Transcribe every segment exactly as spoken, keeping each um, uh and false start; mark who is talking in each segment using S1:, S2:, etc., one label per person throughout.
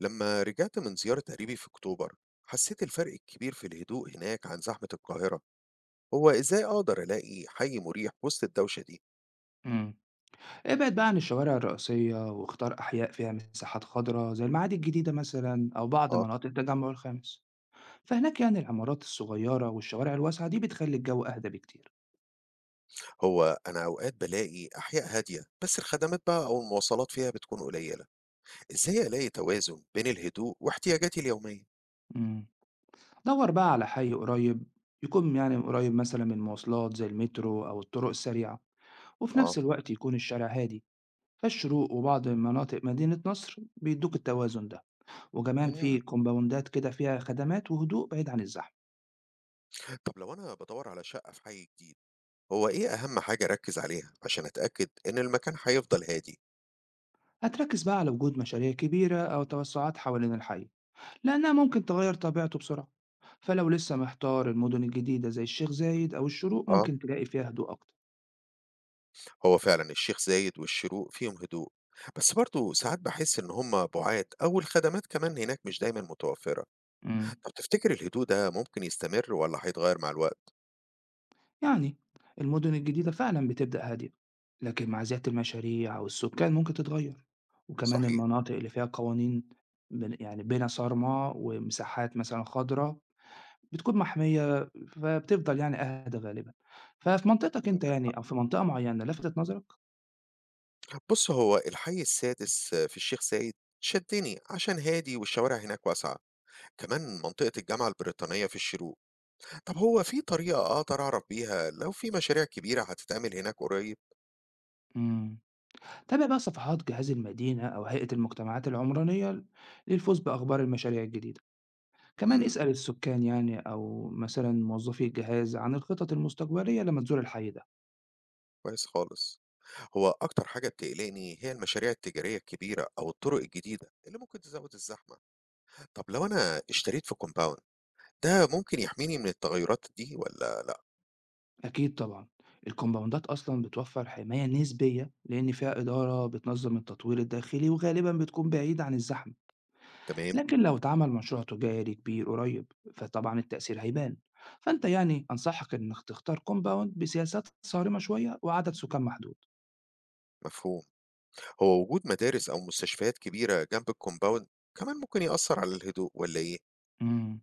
S1: لما رجعت من زيارة قريبي في أكتوبر، حسيت الفرق الكبير في الهدوء هناك عن زحمة القاهرة. هو إزاي أقدر ألاقي حي مريح وسط الدوشة دي؟
S2: إمم. ابعد بقى عن الشوارع الرئيسية واختار أحياء فيها مساحات خضراء زي المعادي الجديدة مثلًا أو بعض
S1: آه.
S2: مناطق التجمع الخامس، فهناك يعني العمارات الصغيرة والشوارع الواسعة دي بتخلّي الجو أهدى بكتير.
S1: هو أنا أوقات بلاقي أحياء هادية بس الخدمات بقى أو المواصلات فيها بتكون قليلة. إزاي ألاقي توازن بين الهدوء واحتياجاتي اليومية؟
S2: إمم. دَوّر بقى على حي قريب يكون يعني قريب مثلًا من المواصلات زي المترو أو الطرق السريعة، وفي
S1: آه.
S2: نفس الوقت يكون الشارع هادي، فالشروق وبعض مناطق مدينة نصر بيدّوك التوازن ده، وكمان
S1: مم.
S2: في كومباوندات كده فيها خدمات وهدوء بعيد عن الزحمة.
S1: طب لو أنا بدور على شقة في حي جديد، هو إيه أهم حاجة أركز عليها عشان أتأكد إن المكان هيفضل هادي؟
S2: هتركز بقى على وجود مشاريع كبيرة أو توسعات حوالين الحي لأنها ممكن تغير طبيعته بسرعة. فلو لسه محتار المدن الجديدة زي الشيخ زايد أو الشروق
S1: آه.
S2: ممكن تلاقي فيها هدوء أكتر.
S1: هو فعلا الشيخ زايد والشروق فيهم هدوء، بس برضه ساعات بحس إن هما بعاد أو الخدمات كمان هناك مش دايما متوفرة.
S2: امم
S1: طب تفتكر الهدوء ده ممكن يستمر ولا هيتغير مع الوقت؟
S2: يعني المدن الجديدة فعلا بتبدأ هادية لكن مع زيادة المشاريع والسكان ممكن تتغير. وكمان
S1: صحيح.
S2: المناطق اللي فيها قوانين بن- يعني بين صارمة ومساحات مثلا خضراء بتكون محمية فبتفضل يعني أهدى غالبا. ففي منطقتك أنت
S1: عندك حق.
S2: يعني أو في منطقة معينة لفتت نظرك؟
S1: بص، هو الحي السادس في الشيخ زايد شدني عشان هادي والشوارع هناك واسعة، كمان منطقة الجامعة البريطانية في الشروق. طب هو في طريقة أقدر أعرف بيها لو في مشاريع كبيرة هتتعمل هناك قريب؟
S2: مم. تابع بقى صفحات جهاز المدينة أو هيئة المجتمعات العمرانية للفوز بأخبار المشاريع الجديدة. كمان
S1: امم.
S2: اسأل السكان يعني أو مثلا موظفي الجهاز عن الخطط المستقبلية لما تزور الحي ده.
S1: كويس خالص. هو أكتر حاجة بتقلقني هي المشاريع التجارية الكبيرة أو الطرق الجديدة اللي ممكن تزود الزحمة. طب لو أنا اشتريت في كومباوند، ده ممكن يحميني من التغيرات دي ولا لأ؟
S2: أكيد طبعا. الكومباوندات أصلا بتوفر حماية نسبية لأن فيها إدارة بتنظم التطوير الداخلي وغالبا بتكون بعيدة عن الزحمة.
S1: تمام.
S2: لكن لو اتعمل مشروع تجاري كبير قريب فطبعا التأثير هيبان. فأنت يعني أنصحك إنك تختار كومباوند بسياسات صارمة شوية وعدد سكان محدود.
S1: مفهوم. هو وجود مدارس أو مستشفيات كبيرة جنب الكومباوند كمان ممكن يأثر على الهدوء ولا إيه؟
S2: مم.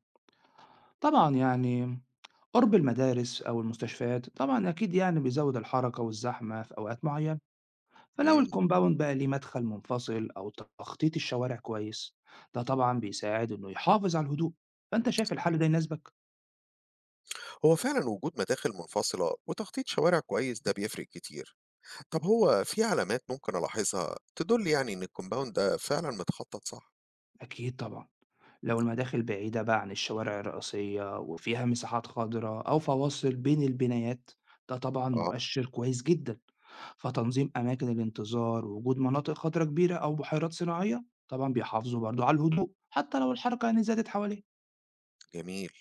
S2: طبعًا يعني قُرب المدارس أو المستشفيات طبعًا أكيد يعني بيزوّد الحركة والزحمة في أوقات معيّنة، فلو
S1: مم.
S2: الcompound بقى ليه مدخل منفصل أو تخطيط الشوارع كويس، ده طبعًا بيساعد إنه يحافظ على الهدوء، فأنت شايف الحل ده يناسبك؟
S1: هو فعلا وجود مداخل منفصلة وتخطيط شوارع كويس ده بيفرق كتير. طب هو في علامات ممكن ألاحظها تدل يعني إن الكومباوند ده فعلا متخطط صح؟
S2: أكيد طبعًا، لو المداخل بعيدة بقى عن الشوارع الرئيسية وفيها مساحات خضرا أو فواصل بين البنايات، ده طبعًا
S1: آه.
S2: مؤشر كويس جدًا. فتنظيم أماكن الانتظار ووجود مناطق خضراء كبيرة أو بحيرات صناعية طبعا بيحافظوا برضه على الهدوء حتى لو الحركة يعني زادت حواليه.
S1: جميل.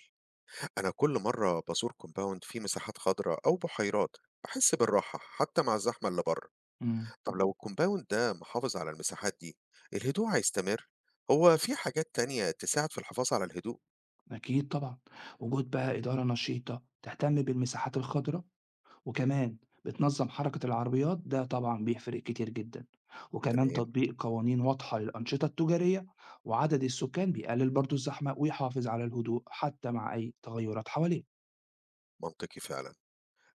S1: أنا كل مرة بزور كومباوند فيه مساحات خضراء أو بحيرات بحس بالراحة حتى مع الزحمة اللي بره.
S2: امم
S1: طب لو الكومباوند ده محافظ على المساحات دي، الهدوء هيستمر. هو في حاجات تانية تساعد في الحفاظ على الهدوء؟
S2: أكيد طبعا. وجود بقى إدارة نشيطة تهتم بالمساحات الخضراء وكمان بتنظم حركة العربيات ده طبعا بيفرق كتير جدا. وكمان
S1: تمام.
S2: تطبيق قوانين واضحة للأنشطة التجارية وعدد السكان بيقلل برضه الزحمة ويحافظ على الهدوء حتى مع أي تغيرات حواليه.
S1: منطقي فعلا.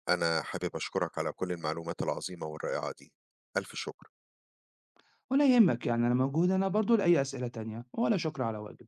S1: أنا حابب أشكرك على كل المعلومات العظيمة والرائعة دي. ألف شكر.
S2: ولا يهمك يعني أنا موجود أنا برضه لأي أسئلة تانية ولا شكر على واجب.